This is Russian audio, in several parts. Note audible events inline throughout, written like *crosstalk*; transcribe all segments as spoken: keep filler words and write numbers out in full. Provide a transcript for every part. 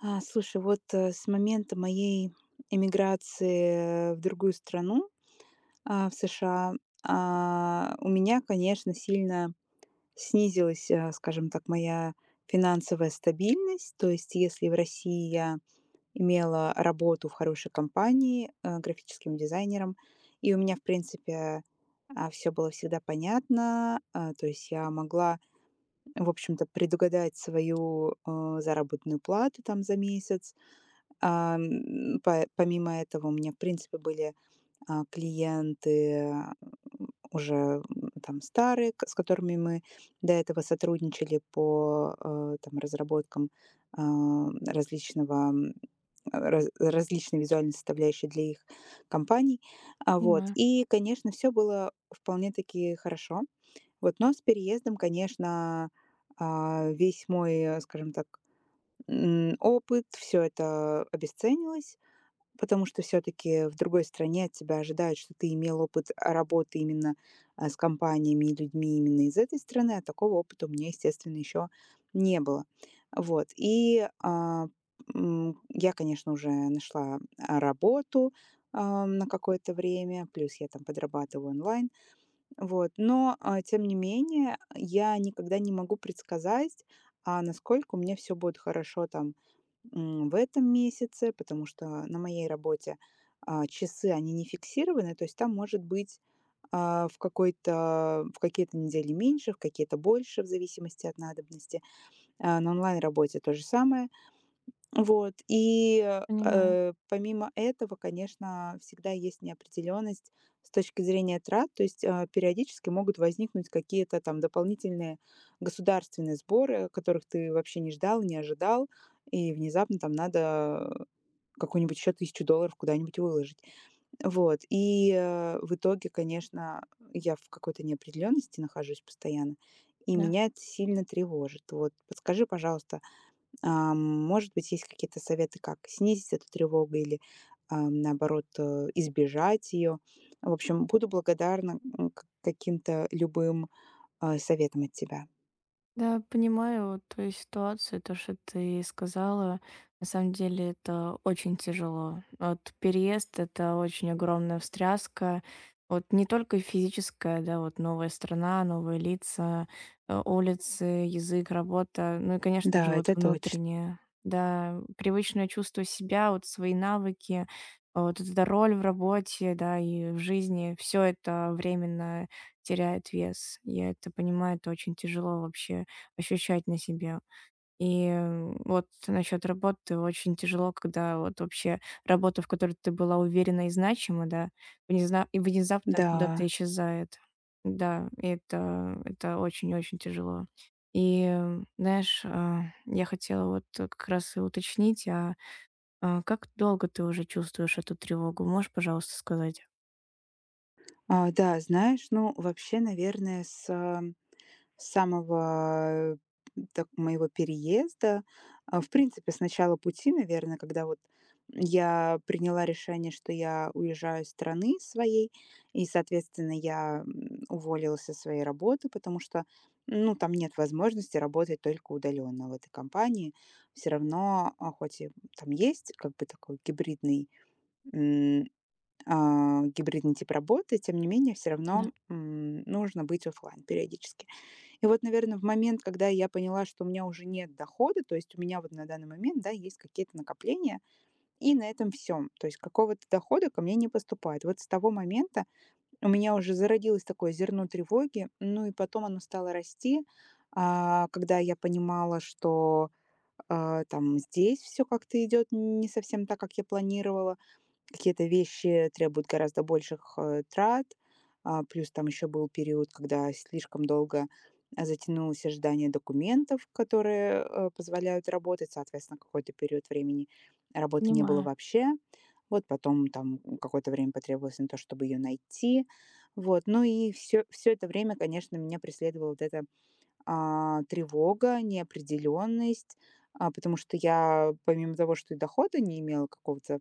А, слушай, вот, э, с момента моей эмиграции э, в другую страну, а, в США, а, у меня, конечно, сильно снизилась, э, скажем так, моя финансовая стабильность. То есть, если в России я имела работу в хорошей компании, э, графическим дизайнером, и у меня, в принципе, все было всегда понятно, а, то есть я могла, в общем-то, предугадать свою, э, заработную плату там за месяц, а, м, по помимо этого у меня, в принципе, были, а, клиенты, а, уже, м, там старые, к с которыми мы до этого сотрудничали по, э, там, разработкам, а, различного, м, раз различной визуальной составляющей для их компаний. А, вот. Понимаю, И, конечно, все было вполне-таки хорошо. Вот, но с переездом, конечно, а, весь мой, э, скажем так, м, опыт, все это обесценилось. Потому что все таки в другой стране от тебя ожидают, что ты имел опыт, а, работы именно, а, с компаниями и людьми именно из этой страны, а такого опыта у меня, естественно, еще не было. Вот, и, а, м, я, конечно, уже нашла, а, работу, а, на какое-то время, плюс я там подрабатываю онлайн. Вот, но, а, тем не менее, я никогда не могу предсказать, а, насколько у меня все будет хорошо там, м, в этом месяце, потому что на моей работе, а, часы, они не фиксированы, то есть там может быть, а, в какой-то в какие-то недели меньше, в какие-то больше, в зависимости от надобности. А, на онлайн-работе то же самое. Вот, и, понимаю, э, помимо этого, конечно, всегда есть неопределенность с точки зрения трат. То есть, э, периодически могут возникнуть какие-то там дополнительные государственные сборы, которых ты вообще не ждал, не ожидал, и внезапно там надо какую-нибудь еще тысячу долларов куда-нибудь выложить. Вот, и, э, в итоге, конечно, я в какой-то неопределенности нахожусь постоянно, и да. меня это сильно тревожит. Вот подскажи, пожалуйста, а, может быть, есть какие-то советы, как снизить эту тревогу или, а, наоборот, э, избежать ее. В общем, буду благодарна, м, к каким-то любым, а, советам от тебя. Да, понимаю вот твою ситуацию, то, что ты сказала. На самом деле это очень тяжело. Вот переезд— это очень огромная встряска. Вот не только физическая, да, вот новая страна, новые лица, э, улицы, язык, работа. Ну и, конечно же, Да, вот это точно. внутреннее. Да, привычное чувство себя, вот свои навыки, а вот эта роль в работе, да, и в жизни. Все это временно теряет вес. Я это понимаю, это очень тяжело вообще ощущать на себе. И м, вот насчет работы очень тяжело, когда вот вообще работа, в которой ты была уверена и значима, да, внезна- и внезапно Да. куда-то исчезает. Да, и это, это очень-очень тяжело. И, м, знаешь, а, я хотела вот э, как раз и уточнить, а а, как долго ты уже чувствуешь эту тревогу? Можешь, пожалуйста, сказать? А, да, знаешь, ну, вообще, наверное, с С самого, так, моего переезда, а, в принципе, с начала пути, наверное, когда вот я приняла решение, что я уезжаю из страны своей, и, соответственно, я, м, уволилась со своей работы, потому что, ну, там нет возможности работать только удаленно в этой компании. Все равно, а, хоть и там есть как бы такой гибридный, м, а, гибридный тип работы, тем не менее все равно, Да, м, нужно быть оффлайн периодически. И вот, наверное, в момент, когда я поняла, что у меня уже нет дохода, то есть у меня вот на данный момент, да, есть какие-то накопления, и на этом все. То есть какого-то дохода ко мне не поступает. Вот с того момента у меня уже зародилось такое зерно тревоги, ну и потом оно стало расти, а, когда я понимала, что, а, там здесь все как-то идет не совсем так, как я планировала. Какие-то вещи требуют гораздо больших, э, трат. А, плюс там еще был период, когда слишком долго, а, затянулось ожидание документов, которые, э, позволяют работать. Соответственно, какой-то период времени работы не было понимаю, вообще. Вот потом там какое-то время потребовалось на то, чтобы ее найти. Вот. Ну и все, все это время, конечно, меня преследовала вот эта, а, тревога, неопределенность, а, потому что я помимо того, что и дохода не имела какого-то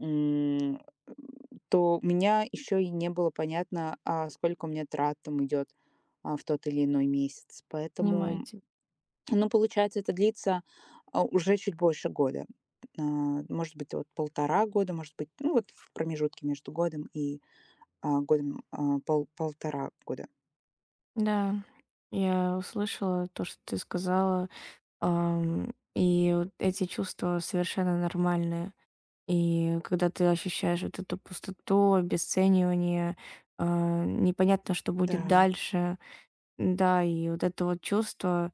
м, то у меня еще и не было понятно, а сколько у меня трат там идет а, в тот или иной месяц. понимаю Поэтому, тебя. ну, получается, это длится а, уже чуть больше года. А, Может быть, вот полтора года, может быть, ну, вот в промежутке между годом и а, годом а, пол- полтора года. Да, я услышала то, что ты сказала. Ам, и вот эти чувства совершенно нормальные. И когда ты ощущаешь вот эту пустоту, обесценивание, а, непонятно, что будет Да, дальше. Да, и вот это вот чувство,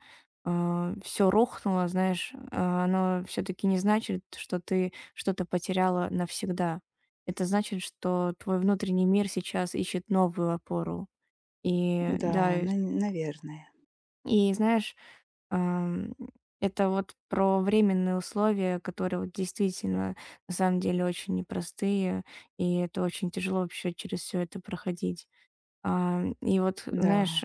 все рухнуло, знаешь, а, оно все-таки не значит, что ты что-то потеряла навсегда. Это значит, что твой внутренний мир сейчас ищет новую опору. И да, да, на- наверное, и знаешь, Ам, это вот про временные условия, которые вот действительно на самом деле очень непростые, и это очень тяжело вообще через все это проходить. Ам, и вот, да, знаешь,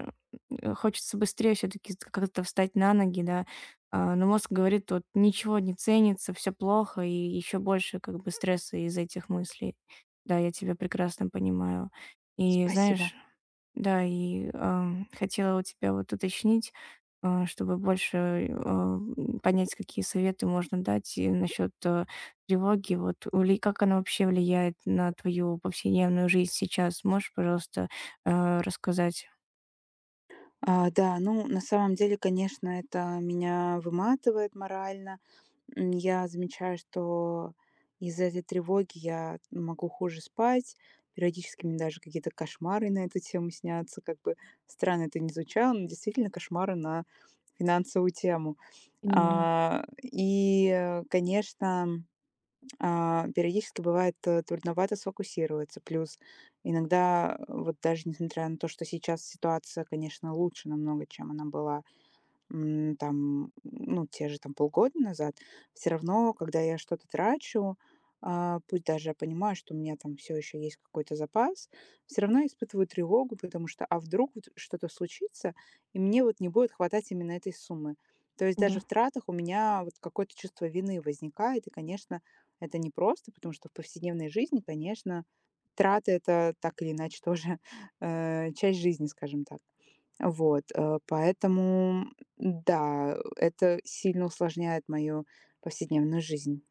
э, хочется быстрее все таки как-то встать на ноги, да, а, но мозг говорит: "Вот ничего не ценится, все плохо", и еще больше как бы стресса из этих мыслей. Да, я тебя прекрасно понимаю. И спасибо. знаешь, да, и, ам, хотела у тебя вот уточнить, а, чтобы больше, а, м, понять, какие советы можно дать и насчет, э, тревоги. Вот вли как она вообще влияет на твою повседневную жизнь сейчас? Можешь, пожалуйста, э, рассказать? А, да, ну, на самом деле, конечно, это меня выматывает морально. М, я замечаю, что из-за этой тревоги я могу хуже спать. Периодически мне даже какие-то кошмары на эту тему снятся. Как бы странно это не звучало, но действительно кошмары на финансовую тему. Понимаю, А, и, э, конечно, а, периодически бывает, э, трудновато сфокусироваться. Плюс иногда, э, вот даже несмотря на то, что сейчас ситуация, конечно, лучше намного, чем она была, М, там, ну, те же там полгода назад. Все равно, когда я что-то трачу, а, пусть даже я понимаю, что у меня там все еще есть какой-то запас, все равно я испытываю тревогу, потому что, а вдруг вот что-то случится, и мне вот не будет хватать именно этой суммы. То есть даже в да. тратах у меня вот какое-то чувство вины возникает, и, конечно, это непросто, потому что в повседневной жизни, конечно, траты- это так или иначе тоже, *laughs* э, часть жизни, скажем так. Вот, э, поэтому, да, это сильно усложняет мою повседневную жизнь.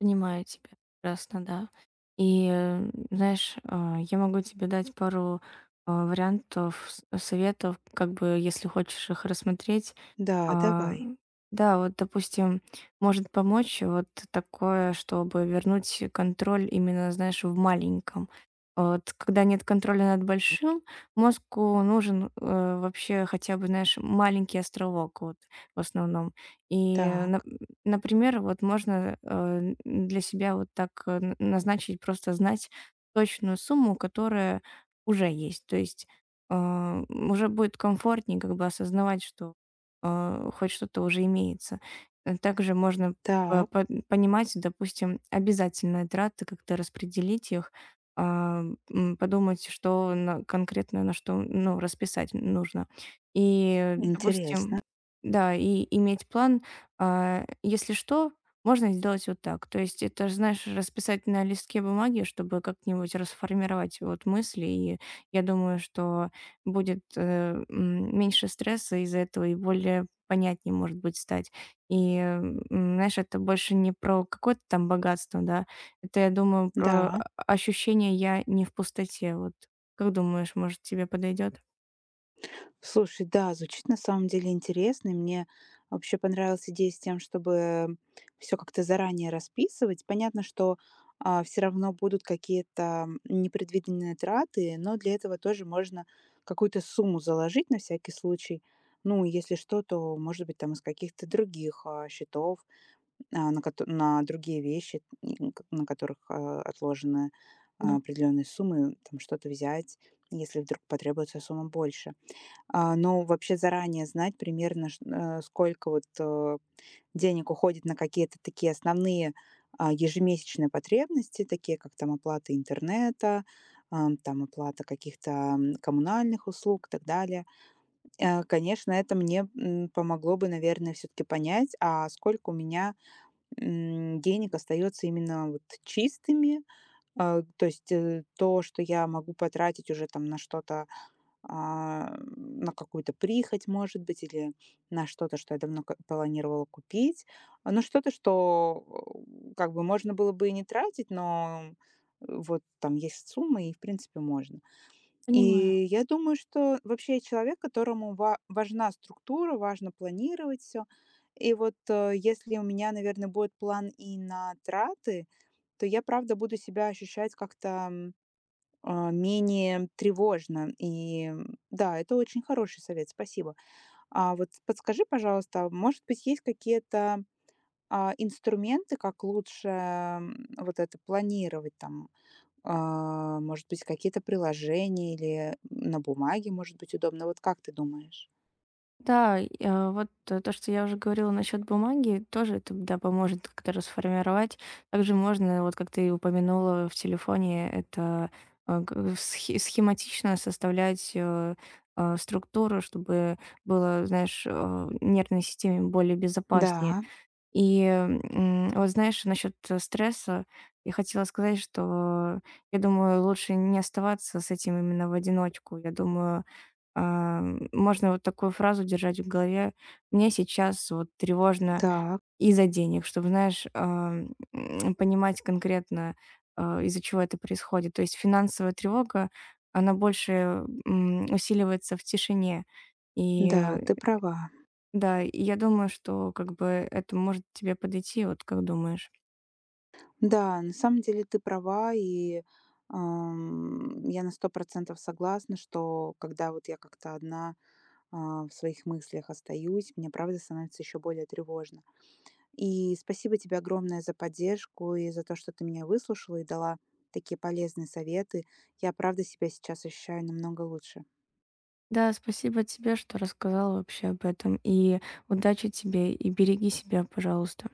Понимаю тебя прекрасно, да. И, э, знаешь, а, я могу тебе дать пару, а, вариантов, с советов, как бы, если хочешь их рассмотреть. Да, А, давай. да, вот, допустим, может помочь вот такое, чтобы вернуть контроль именно, знаешь, в маленьком. Вот когда нет контроля над большим, мозгу нужен, э, вообще хотя бы, знаешь, маленький островок вот в основном. И, нап Так, Например, вот можно, э, для себя вот так, э, н назначить, просто знать точную сумму, которая уже есть. То есть, а, уже будет комфортнее как бы осознавать, что а, хоть что-то уже имеется. Э, Также можно по- так, по- понимать, допустим, обязательные траты, как-то распределить их, а, м, подумать, что на- конкретно на что ну, расписать нужно. И, интересно. допустим, да, и иметь план, а, если что, можно сделать вот так. То есть это, ж, знаешь, расписать на листке бумаги, чтобы как-нибудь расформировать вот мысли. И я думаю, что будет, э, м, меньше стресса из-за этого и более понятнее, может быть, стать. И, м, знаешь, это больше не про какое-то там богатство, да. Это, я думаю, про Да. о ощущение "я не в пустоте". Вот как думаешь, может, тебе подойдет? Слушай, да, звучит на самом деле интересно. И мне вообще понравилась идея с тем, чтобы все как-то заранее расписывать. Понятно, что, все равно будут какие-то непредвиденные траты, но для этого тоже можно какую-то сумму заложить на всякий случай. Ну, если что, то, может быть, там из каких-то других, а, счетов, а, на кото на другие вещи, м, к на которых, а, отложены, а, Да, определенные суммы, там что-то взять, если вдруг потребуется сумма больше. А, но вообще заранее знать примерно, ш э, сколько вот, э, денег уходит на какие-то такие основные, а, ежемесячные потребности, такие как там оплата интернета, ам, там оплата каких-то, м, коммунальных услуг, и так далее. Э, конечно, это мне, м, помогло бы, наверное, все таки понять, а сколько у меня, м, денег остается именно вот чистыми. Э, то есть, э, то, что я могу потратить уже там на что-то, а, на какую-то прихоть, может быть, или на что-то, что я давно ка- планировала купить. А, Ну, что-то, что э, как бы можно было бы и не тратить, но э, вот там есть сумма, и, в принципе, можно. понимаю. И я думаю, что вообще я человек, которому ва- важна структура, важно планировать все. И вот, э, если у меня, наверное, будет план и на траты, то я, правда, буду себя ощущать как-то а, менее тревожно. И м, да, это очень хороший совет, спасибо. А вот подскажи, пожалуйста, а может быть, есть какие-то а, инструменты, как лучше, м, вот это планировать там, а, может быть, какие-то приложения или на бумаге, может быть, удобно. Вот как ты думаешь? Да, и, а, вот э, то, что я уже говорила насчет бумаги, тоже это, да, поможет как-то расформировать. Также можно, вот как ты и упомянула в телефоне, это а, г- схи- схематично составлять э, а, структуру, чтобы было, знаешь, а, нервной системе более безопаснее. Да, И м, вот знаешь, насчет стресса, я хотела сказать, что я думаю, лучше не оставаться с этим именно в одиночку. Я думаю, а, можно вот такую фразу держать в голове: "Мне сейчас вот тревожно так, из-за денег", чтобы, знаешь, а, м, понимать конкретно, а, из-за чего это происходит. То есть финансовая тревога, она больше, м, усиливается в тишине. И да, э, ты права. да, и я думаю, что как бы это может тебе подойти. Вот как думаешь? Да, на самом деле ты права, и ам, я на сто процентов согласна, что когда вот я как-то одна, а, в своих мыслях остаюсь, мне правда становится еще более тревожно. И спасибо тебе огромное за поддержку и за то, что ты меня выслушала и дала такие полезные советы. Я правда себя сейчас ощущаю намного лучше. Да, спасибо тебе, что рассказала вообще об этом. И удачи тебе, и береги себя, пожалуйста.